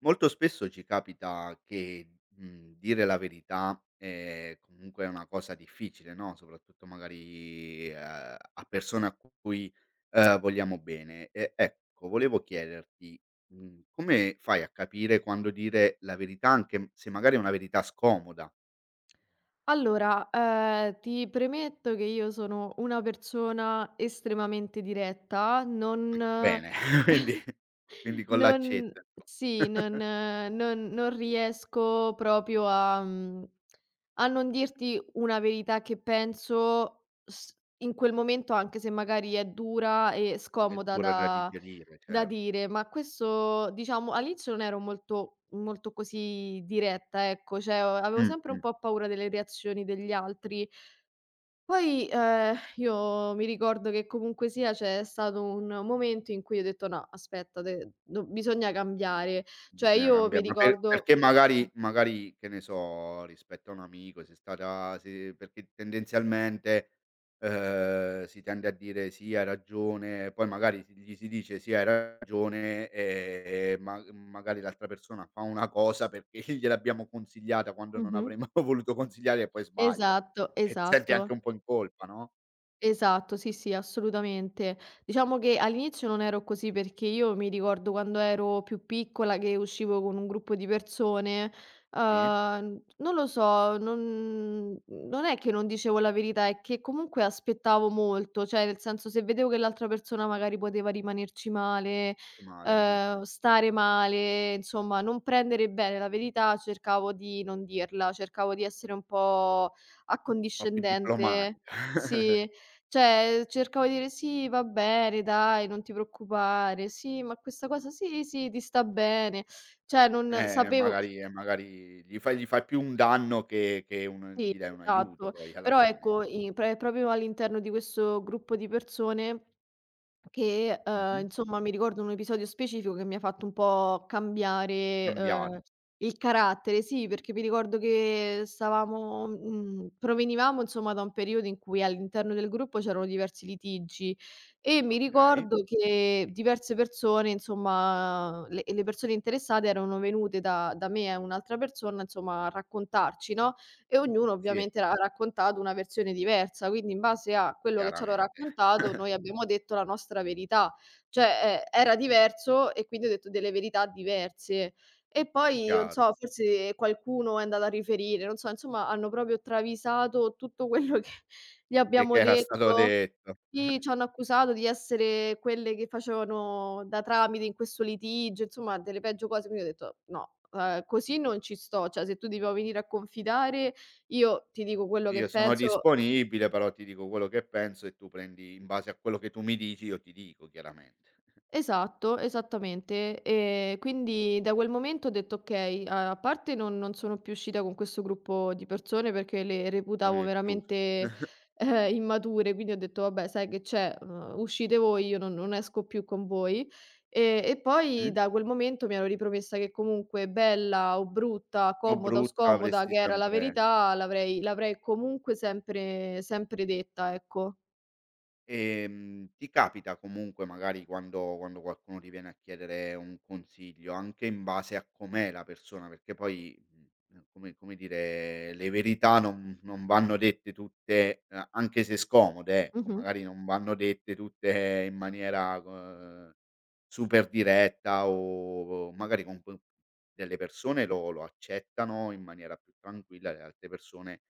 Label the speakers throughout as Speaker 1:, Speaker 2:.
Speaker 1: Molto spesso ci capita che, dire la verità è comunque una cosa difficile, no, soprattutto magari, a persone a cui, vogliamo bene. E ecco, volevo chiederti, come fai a capire quando dire la verità, anche m se magari è una verità scomoda?
Speaker 2: Allora, ti premetto che io sono una persona estremamente diretta. non
Speaker 1: Bene, quindi quindi con
Speaker 2: non
Speaker 1: l'accetta,
Speaker 2: sì, non riesco proprio a a non dirti una verità che penso s in quel momento, anche se magari è dura e
Speaker 1: insomma. È
Speaker 2: scomoda
Speaker 1: dura da
Speaker 2: da
Speaker 1: digerire, certo.
Speaker 2: dire. Ma questo, diciamo, all'inizio non ero molto molto così diretta, ecco, cioè o avevo
Speaker 1: Mh,
Speaker 2: sempre un
Speaker 1: mh.
Speaker 2: po' paura delle reazioni degli altri. Poi, io mi ricordo che comunque sia c'è stato un momento in cui ho detto: "No, aspetta, de do bisogna cambiare." Cioè
Speaker 1: Bisogna
Speaker 2: io
Speaker 1: cambia
Speaker 2: mi
Speaker 1: ma
Speaker 2: ricordo.
Speaker 1: perché magari, che ne so, rispetto a un amico sei stata se perché tendenzialmente, si tende a dire: "Sì, hai ragione", poi magari gli si dice: "Sì, hai ragione", e ma magari l'altra persona fa una cosa perché gliel'abbiamo consigliata quando non
Speaker 2: Mh-mh.
Speaker 1: avremmo voluto consigliare e poi sbaglia.
Speaker 2: Esatto,
Speaker 1: E ti senti anche
Speaker 2: esatto.
Speaker 1: un po' in colpa, no?
Speaker 2: Esatto, sì, sì, assolutamente. Diciamo che all'inizio non ero così perché io mi ricordo quando ero più piccola che uscivo con un gruppo di persone.
Speaker 1: Sì?
Speaker 2: Non lo so, non è che non dicevo la verità, è che comunque aspettavo molto, cioè nel senso se vedevo che l'altra persona magari poteva rimanerci male,
Speaker 1: Che male. Mh-mh.
Speaker 2: stare male, insomma non prendere bene la verità, cercavo di non dirla, cercavo di essere un po'
Speaker 1: Un po' più
Speaker 2: accondiscendente.
Speaker 1: diplomatica.
Speaker 2: Sì. Cioè cercavo di dire: "Sì, va bene, dai, non ti preoccupare. Sì, ma questa cosa sì, sì, ti sta bene." Cioè non sapevo.
Speaker 1: Magari gli fai più un danno che un
Speaker 2: Sì,
Speaker 1: gli dai un aiuto
Speaker 2: esatto.
Speaker 1: poi alla
Speaker 2: Però
Speaker 1: fine.
Speaker 2: ecco, i pre proprio all'interno di questo gruppo di persone. Che,
Speaker 1: Mh-mh.
Speaker 2: insomma mi ricordo un episodio specifico che mi ha fatto un po' cambiare,
Speaker 1: Cambiare,
Speaker 2: il carattere. Sì, perché mi ricordo che stavamo provenivamo insomma da un periodo in cui all'interno del gruppo c'erano diversi litigi, e mi
Speaker 1: okay.
Speaker 2: ricordo che diverse persone, insomma le persone interessate erano venute da me e un'altra persona, insomma a raccontarci, no, e ognuno
Speaker 1: Sì,
Speaker 2: ovviamente ha raccontato una versione diversa, quindi in base a quello che ci hanno
Speaker 1: chiaramente.
Speaker 2: raccontato noi abbiamo detto la nostra verità. Cioè, era diverso e quindi ho detto delle verità diverse. E poi non
Speaker 1: Chiaro,
Speaker 2: so, forse qualcuno è andato a riferire, non so, insomma hanno proprio travisato tutto quello che gli
Speaker 1: che
Speaker 2: abbiamo
Speaker 1: era stato
Speaker 2: detto.
Speaker 1: detto.
Speaker 2: Sì, c'hanno accusato di essere quelle che facevano da tramite in questo litigio, insomma delle peggio cose, quindi ho detto: "No, così non ci sto." Cioè se tu ti vuoi venire a confidare, io ti dico quello che
Speaker 1: Io sono
Speaker 2: penso.
Speaker 1: disponibile, però ti dico quello che penso e tu prendi in base a quello che tu mi dici io ti dico chiaramente.
Speaker 2: Esatto, esattamente. Quindi da quel momento ho detto: "Okay", a parte non sono più uscita con questo gruppo di persone perché le
Speaker 1: Alla
Speaker 2: reputavo
Speaker 1: fine è chiuso.
Speaker 2: veramente, immature, quindi ho detto: "Vabbè, sai che c'è, uscite voi, io non esco più con voi". E
Speaker 1: Mh?
Speaker 2: poi da quel momento mi ero ripromessa che comunque bella o brutta,
Speaker 1: O
Speaker 2: comoda o
Speaker 1: brutta
Speaker 2: scomoda,
Speaker 1: avresti
Speaker 2: che era la
Speaker 1: sempre.
Speaker 2: verità, l'avrei comunque sempre sempre detta, ecco.
Speaker 1: Ti capita comunque magari quando qualcuno ti viene a chiedere un consiglio, anche in base a com'è la persona, perché poi, come dire, le verità non vanno dette tutte, anche se scomode ecco,
Speaker 2: Mh-mh.
Speaker 1: magari non vanno dette tutte in maniera co super diretta o magari con p delle persone lo accettano in maniera più tranquilla, le altre persone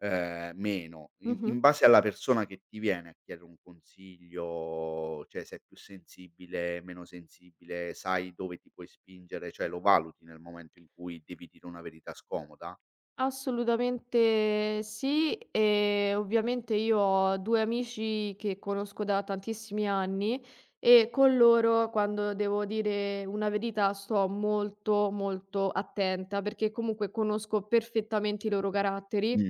Speaker 1: Meno. In
Speaker 2: Mh-mh.
Speaker 1: in base alla persona che ti viene a chiedere un consiglio, cioè sei più sensibile, meno sensibile, sai dove ti puoi spingere, cioè lo valuti nel momento in cui devi dire una verità scomoda?
Speaker 2: Assolutamente sì, e ovviamente io ho 2 amici che conosco da tantissimi anni, e con loro quando devo dire una verità sto molto, molto attenta perché comunque conosco perfettamente i loro
Speaker 1: Mh,
Speaker 2: caratteri,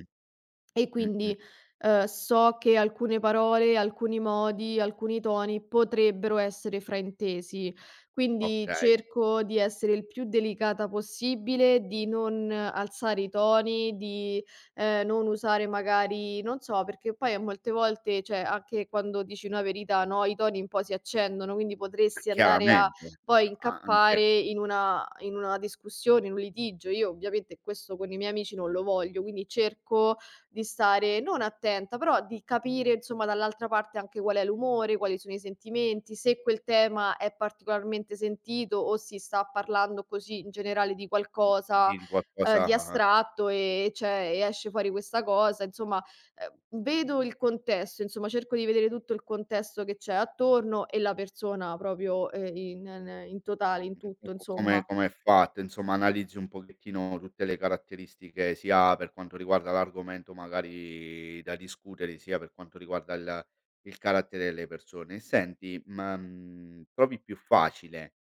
Speaker 2: e
Speaker 1: mh-mh,
Speaker 2: quindi, so che alcune parole, alcuni modi, alcuni toni potrebbero essere fraintesi. Quindi
Speaker 1: okay.
Speaker 2: cerco di essere il più delicata possibile, di non alzare i toni, di non usare magari non so, perché poi a molte volte, cioè anche quando dici una verità, no, i toni un po' si accendono, quindi potresti andare a
Speaker 1: Chiaramente,
Speaker 2: poi
Speaker 1: a
Speaker 2: incappare
Speaker 1: anche
Speaker 2: in una discussione, in un litigio. Io ovviamente questo con i miei amici non lo voglio, quindi cerco di stare non attenta, però di capire insomma dall'altra parte anche qual è l'umore, quali sono i sentimenti, se quel tema è particolarmente sentito o si sta parlando così in generale di qualcosa,
Speaker 1: dire
Speaker 2: di
Speaker 1: qualcosa.
Speaker 2: astratto e c'è e esce fuori questa cosa, insomma, vedo il contesto, insomma cerco di vedere tutto il contesto che c'è attorno e la persona proprio, in totale, in
Speaker 1: Mh,
Speaker 2: tutto
Speaker 1: co come
Speaker 2: insomma.
Speaker 1: come è fatto, insomma analizzi un pochettino tutte le caratteristiche sia per quanto riguarda l'argomento magari da discutere, sia per quanto riguarda il carattere delle persone. E senti, ma, trovi più facile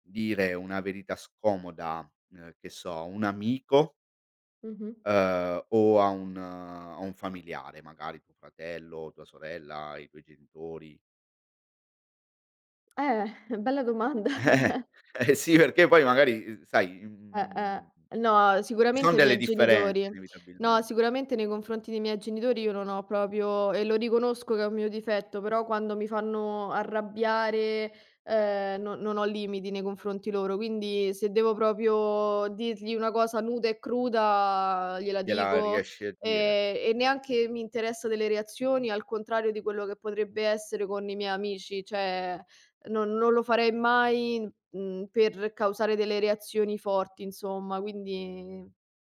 Speaker 1: dire una verità scomoda, che so, a un amico,
Speaker 2: Mh-mh.
Speaker 1: o a un familiare, magari tuo fratello, tua sorella, i tuoi genitori?
Speaker 2: Bella domanda.
Speaker 1: Eh, eh sì, perché poi magari, sai, mhmm
Speaker 2: Eh. No,
Speaker 1: Ci son
Speaker 2: sicuramente i
Speaker 1: delle
Speaker 2: miei
Speaker 1: differenze
Speaker 2: genitori. No,
Speaker 1: inevitabilmente,
Speaker 2: sicuramente nei confronti dei miei genitori io non ho proprio, e lo riconosco che è un mio difetto, però quando mi fanno arrabbiare, no non ho limiti nei confronti loro, quindi se devo proprio dirgli una cosa nuda e cruda gliela
Speaker 1: gliela
Speaker 2: dico,
Speaker 1: riesci a dire.
Speaker 2: e neanche mi interessa delle reazioni, al contrario di quello che potrebbe essere con i miei amici, cioè non lo farei mai. Per causare delle reazioni forti insomma, quindi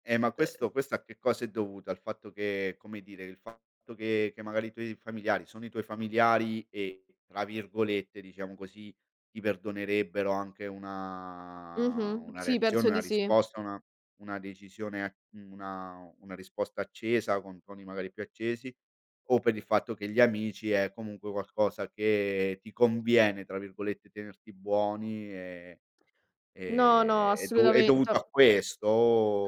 Speaker 1: Ma
Speaker 2: ehm
Speaker 1: questo a che cosa è dovuto? Al fatto che come dire, il fatto che magari i tuoi familiari sono i tuoi familiari e tra virgolette, diciamo così, ti perdonerebbero anche
Speaker 2: mh-mh,
Speaker 1: una
Speaker 2: sì
Speaker 1: reazione,
Speaker 2: penso
Speaker 1: una
Speaker 2: di sì.
Speaker 1: risposta, una decisione a una risposta accesa, con toni magari più accesi, o per il fatto che gli amici è comunque qualcosa che ti conviene, tra virgolette, tenerti buoni e
Speaker 2: No, no,
Speaker 1: È
Speaker 2: assolutamen cioè
Speaker 1: dovuto a questo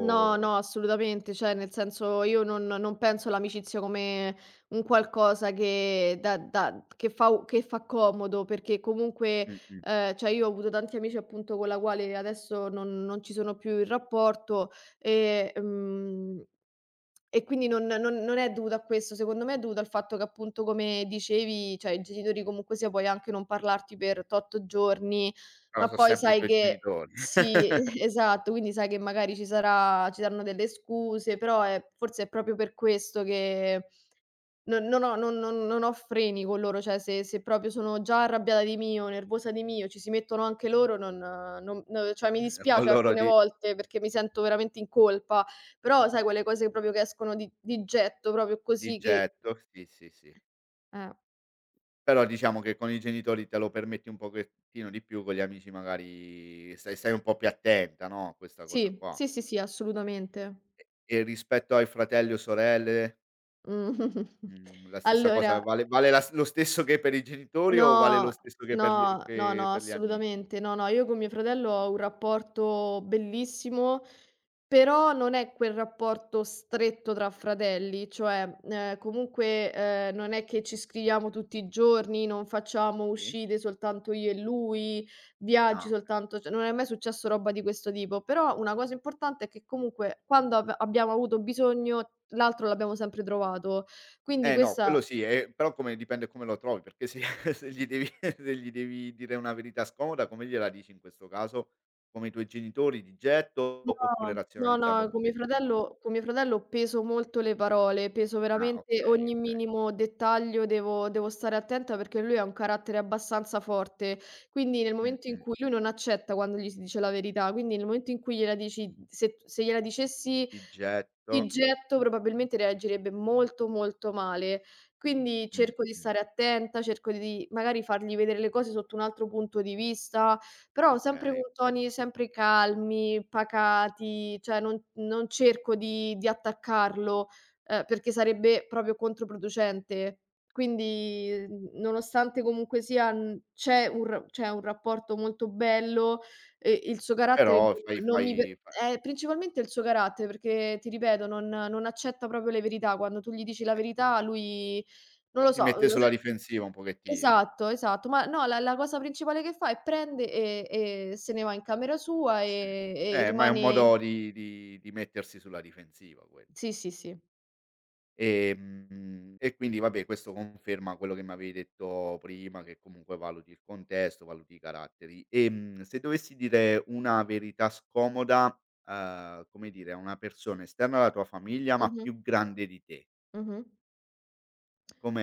Speaker 2: no, no, assolutamente, cioè nel senso io non penso all'amicizia come un qualcosa che da da che fa u che fa comodo, perché comunque,
Speaker 1: Mh-mh,
Speaker 2: cioè io ho avuto tanti amici appunto con la quale adesso non ci sono più in rapporto, e, mhmm e quindi non è dovuto a questo, secondo me è dovuto al fatto che appunto come dicevi, cioè i genitori comunque sia puoi anche non parlarti per tot giorni,
Speaker 1: però
Speaker 2: ma
Speaker 1: so'
Speaker 2: poi
Speaker 1: sempre i
Speaker 2: sai
Speaker 1: tuoi
Speaker 2: che
Speaker 1: genitori.
Speaker 2: sì, esatto, quindi sai che magari ci saranno delle scuse, però è forse è proprio per questo che non ho freni con loro, cioè se proprio sono già arrabbiata di mio, nervosa di mio, ci si mettono anche loro non no cioè mi
Speaker 1: Con
Speaker 2: dispiace
Speaker 1: loro
Speaker 2: alcune
Speaker 1: di
Speaker 2: volte perché mi sento veramente in colpa, però sai quelle cose proprio che escono di getto, proprio
Speaker 1: di
Speaker 2: così che
Speaker 1: getto, sì, sì, sì.
Speaker 2: eh,
Speaker 1: Però diciamo che con i genitori te lo permetti un pochettino di più, con gli amici magari stai un po' più attenta, no, a questa cosa
Speaker 2: sì,
Speaker 1: qua.
Speaker 2: sì, sì, sì, assolutamente.
Speaker 1: E rispetto ai fratelli o sorelle,
Speaker 2: Mh.
Speaker 1: mhmm, la stessa cosa
Speaker 2: Allora.
Speaker 1: vale la s lo stesso che per i genitori o vale lo
Speaker 2: No,
Speaker 1: stesso che per gli
Speaker 2: no, no,
Speaker 1: che
Speaker 2: no,
Speaker 1: per gli amici?
Speaker 2: assolutamente. No, no, io con mio fratello ho un rapporto bellissimo, però non è quel rapporto stretto tra fratelli, cioè, comunque, non è che ci scriviamo tutti i giorni, non facciamo
Speaker 1: Sì?
Speaker 2: uscite soltanto io e lui, viaggi
Speaker 1: Ah, okay.
Speaker 2: soltanto, cioè non è mai successo roba di questo tipo, però una cosa importante è che comunque quando ab abbiamo avuto bisogno l'altro l'abbiamo sempre trovato. Quindi
Speaker 1: Eh no, quello
Speaker 2: questa.
Speaker 1: sì, però come dipende come lo trovi, perché se se gli devi se gli devi dire una verità scomoda, come gliela dici in questo caso? Come i tuoi genitori, di getto, oppure
Speaker 2: No, no,
Speaker 1: razionalizzando un
Speaker 2: no, con mio
Speaker 1: pochettino?
Speaker 2: fratello peso molto le parole, peso
Speaker 1: Ah
Speaker 2: veramente
Speaker 1: okay,
Speaker 2: ogni
Speaker 1: okay.
Speaker 2: minimo dettaglio, devo stare attenta perché lui ha un carattere abbastanza forte, quindi nel momento in
Speaker 1: Mh-mh.
Speaker 2: cui lui non accetta quando gli si dice la verità, quindi nel momento in cui gliela dici, se gliela dicessi
Speaker 1: Di getto.
Speaker 2: il getto probabilmente reagirebbe molto, molto male. Quindi cerco di
Speaker 1: Mh-mh.
Speaker 2: stare attenta, cerco di magari fargli vedere le cose sotto un altro punto di vista, però sempre
Speaker 1: Okay,
Speaker 2: con
Speaker 1: okay.
Speaker 2: toni sempre calmi, pacati, cioè non cerco di attaccarlo, perché sarebbe proprio controproducente. Quindi, nonostante comunque sia, c'è un rapporto molto bello, e il suo
Speaker 1: Però
Speaker 2: carattere
Speaker 1: fai
Speaker 2: non
Speaker 1: fai
Speaker 2: mi pe.
Speaker 1: fa
Speaker 2: Eh, principalmente il suo carattere, perché ti ripeto non accetta proprio le verità, quando tu gli dici la
Speaker 1: eh,
Speaker 2: verità lui non lo
Speaker 1: si
Speaker 2: so,
Speaker 1: mette sulla difensiva un pochettino.
Speaker 2: esatto, esatto, ma no, la cosa principale che fa è prende e se ne va in camera sua,
Speaker 1: Sì.
Speaker 2: e
Speaker 1: Ma è un
Speaker 2: rimane.
Speaker 1: modo di mettersi sulla difensiva quello.
Speaker 2: Sì, sì, sì.
Speaker 1: E quindi vabbè questo conferma quello che mi avevi detto prima, che comunque valuti il contesto, valuti i caratteri. Se dovessi dire una verità scomoda, come dire, a una persona esterna alla tua famiglia, ma
Speaker 2: Mh-mh,
Speaker 1: più grande di te,
Speaker 2: mh-mh.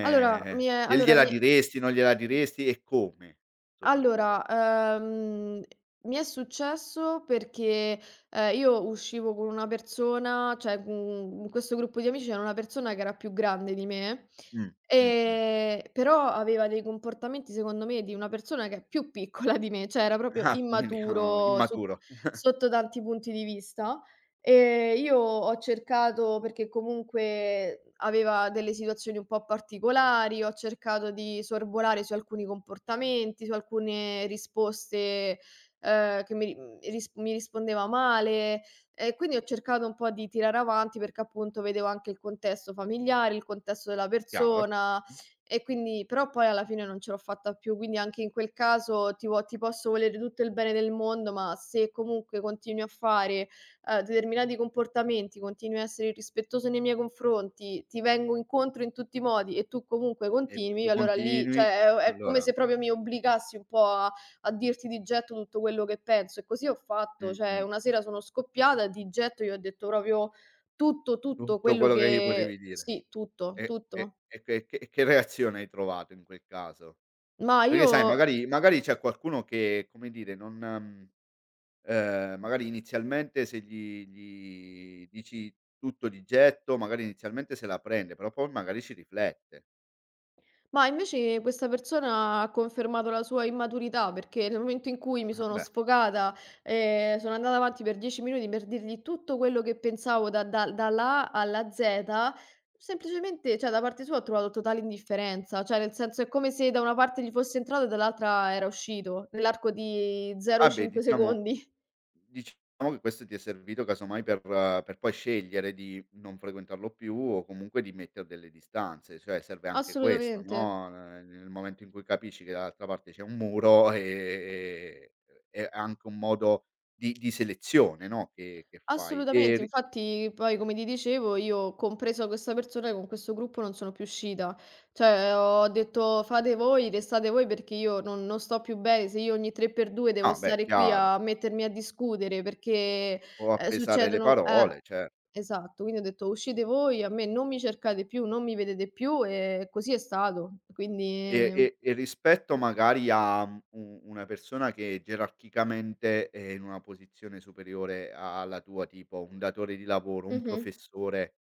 Speaker 2: Allora mi è allora
Speaker 1: gliela
Speaker 2: mi è
Speaker 1: diresti, non gliela diresti e come soprattutto?
Speaker 2: Allora, mi è successo perché, io uscivo con una persona, cioè, in questo gruppo di amici c'era una persona che era più grande di me,
Speaker 1: Mh, mh, mh.
Speaker 2: però aveva dei comportamenti, secondo me, di una persona che è più piccola di me, cioè era proprio
Speaker 1: Ah, quindi oh,
Speaker 2: immaturo
Speaker 1: immaturo.
Speaker 2: sotto tanti punti di vista. Io ho cercato, perché comunque aveva delle situazioni un po' particolari, ho cercato di sorvolare su alcuni comportamenti, su alcune risposte, che mi ri mhmm, ris mi rispondeva male, e quindi ho cercato un po' di tirare avanti perché appunto vedevo anche il contesto familiare, il contesto della
Speaker 1: Chiaro,
Speaker 2: persona,
Speaker 1: chiaro.
Speaker 2: e quindi però poi alla fine non ce l'ho fatta più, quindi anche in quel caso ti posso volere tutto il bene del mondo, ma se comunque continui a fare determinati comportamenti, continui a essere irrispettoso nei miei confronti, ti vengo incontro in tutti i modi e tu comunque
Speaker 1: E tu
Speaker 2: continui, allora lì
Speaker 1: continui.
Speaker 2: cioè è come
Speaker 1: Allora
Speaker 2: se proprio mi obbligassi un po' a dirti di getto tutto quello che penso, e così ho fatto.
Speaker 1: mh,
Speaker 2: Cioè
Speaker 1: mh,
Speaker 2: una sera sono scoppiata e di getto gli ho detto proprio tutto, tutto
Speaker 1: tutto
Speaker 2: quello
Speaker 1: quello che gli potevi
Speaker 2: che
Speaker 1: dire.
Speaker 2: sì, tutto,
Speaker 1: E e
Speaker 2: tutto.
Speaker 1: e che reazione hai trovato in quel caso?
Speaker 2: Ma
Speaker 1: Perché
Speaker 2: io.
Speaker 1: sai magari c'è qualcuno che, come dire, non magari inizialmente se gli dici tutto di getto, magari inizialmente se la prende, però poi magari ci riflette.
Speaker 2: Ma invece questa persona ha confermato la sua immaturità, perché nel momento in cui mi
Speaker 1: Ah
Speaker 2: sono
Speaker 1: beh,
Speaker 2: sfogata, sono andata avanti per 10 minuti per dirgli tutto quello che pensavo da da dalla A alla Z, semplicemente, cioè da parte sua ho trovato totale indifferenza, cioè nel senso è come se da una parte gli fosse entrato e dall'altra era uscito, nell'arco di
Speaker 1: vabbè
Speaker 2: 0,5
Speaker 1: diciamo
Speaker 2: secondi.
Speaker 1: Diciamo che questo ti è servito casomai per poi scegliere di non frequentarlo più o comunque di metter delle distanze, cioè serve anche questo,
Speaker 2: Assolutamente.
Speaker 1: no, nel momento in cui capisci che dall'altra parte c'è un muro, è anche un modo di selezione, no, che fai. E
Speaker 2: Assolutamente,
Speaker 1: ri
Speaker 2: infatti poi come ti dicevo io, compresa questa persona, con questo gruppo non sono più uscita. Cioè ho detto: "Fate voi, restate voi perché io non sto più bene, se io ogni 3 per 2 devo
Speaker 1: Ah beh,
Speaker 2: stare qui
Speaker 1: chiaro,
Speaker 2: a mettermi a discutere perché,
Speaker 1: o a pesare le
Speaker 2: succedono"
Speaker 1: parole, cer
Speaker 2: esatto. Quindi ho detto: "Uscite voi, a me non mi cercate più, non mi vedete più" e così è stato.
Speaker 1: E
Speaker 2: Quindi
Speaker 1: e e rispetto magari a, u una persona che gerarchicamente è in una posizione superiore alla tua, tipo un datore di lavoro, un
Speaker 2: mh-mh.
Speaker 1: professore,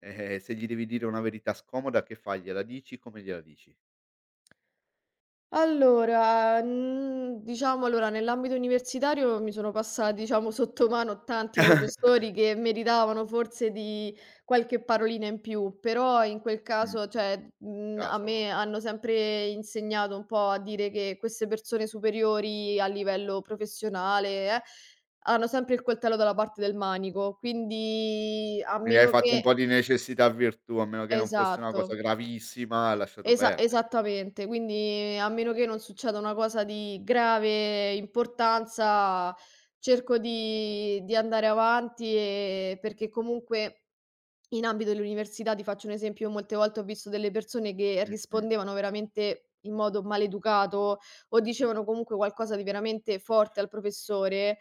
Speaker 1: eh-eh, se gli devi dire una verità scomoda che fai? Gliela dici? Come gliela dici?
Speaker 2: Allora, diciamo, allora nell'ambito universitario mi sono passati, diciamo, sotto mano tanti professori che meritavano forse di qualche parolina in più, però in quel
Speaker 1: Mh-mh.
Speaker 2: caso, cioè,
Speaker 1: In quel
Speaker 2: a
Speaker 1: caso no.
Speaker 2: me hanno sempre insegnato un po' a dire che queste persone superiori a livello professionale, eh, hanno sempre il coltello dalla parte del manico, quindi a
Speaker 1: Quindi hai
Speaker 2: meno
Speaker 1: fatto un po'
Speaker 2: che
Speaker 1: di necessità virtù, a meno che non fosse una cosa
Speaker 2: esatto.
Speaker 1: gravissima, hai lasciato perdere.
Speaker 2: Esattamente, quindi a meno che non succeda una cosa di grave importanza, cerco di andare avanti, perché comunque in ambito dell'università, ti faccio un esempio, io molte volte ho visto delle persone che
Speaker 1: Mh-mh.
Speaker 2: rispondevano veramente in modo maleducato o dicevano comunque qualcosa di veramente forte al professore,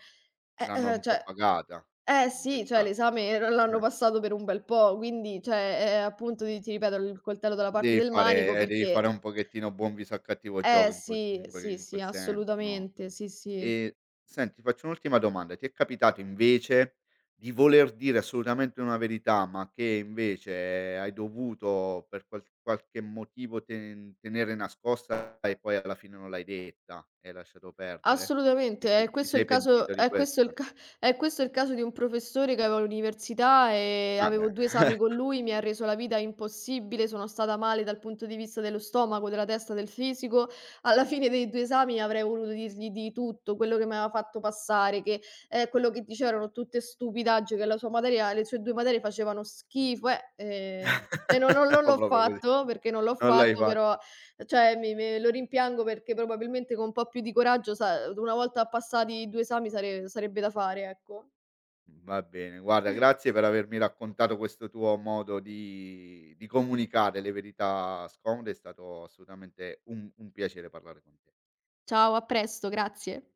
Speaker 1: L'hanno un po'
Speaker 2: cioè
Speaker 1: pagata
Speaker 2: eh
Speaker 1: in quel
Speaker 2: sì, cioè
Speaker 1: caso.
Speaker 2: l'esame l'hanno passato per un bel po', quindi cioè, appunto ti ripeto, il coltello dalla parte
Speaker 1: Devi
Speaker 2: del manico
Speaker 1: fare eh, devi fare
Speaker 2: perché
Speaker 1: un pochettino buon viso a cattivo gioco
Speaker 2: eh
Speaker 1: in quel
Speaker 2: sì,
Speaker 1: in quel
Speaker 2: sì,
Speaker 1: in
Speaker 2: sì,
Speaker 1: quel senso, no.
Speaker 2: assolutamente, sì, sì,
Speaker 1: E senti, ti faccio un'ultima domanda: ti è capitato invece di voler dire assolutamente una verità, ma che invece hai dovuto per qualche motivo tenere nascosta e poi alla fine non l'hai detta e hai lasciato perdere? E ti
Speaker 2: assolutamente.
Speaker 1: se
Speaker 2: È
Speaker 1: ti
Speaker 2: questo il
Speaker 1: sei
Speaker 2: caso
Speaker 1: pentito di
Speaker 2: è questo il
Speaker 1: questo?
Speaker 2: ca è questo il caso di un professore che avevo all'università,
Speaker 1: Va
Speaker 2: avevo
Speaker 1: bene.
Speaker 2: 2 esami con lui, mi ha reso la vita impossibile, sono stata male dal punto di vista dello stomaco, della testa, del fisico. Alla fine dei 2 esami avrei voluto dirgli di tutto, quello che mi aveva fatto passare, che, quello che diceva erano tutte stupidaggini, che la sua materia le sue 2 materie facevano schifo, e non non non
Speaker 1: O
Speaker 2: l'ho
Speaker 1: proprio così.
Speaker 2: fatto perché non l'ho
Speaker 1: Non l'hai
Speaker 2: fatto,
Speaker 1: fa.
Speaker 2: però. Cioè mi me lo rimpiango perché probabilmente con un po' più di coraggio, sa una volta passati i 2 esami sarebbe da fare, ecco.
Speaker 1: Va bene, guarda grazie per avermi raccontato questo tuo modo di comunicare le verità scomode, è stato assolutamente un piacere parlare con te.
Speaker 2: Ciao, a presto, grazie.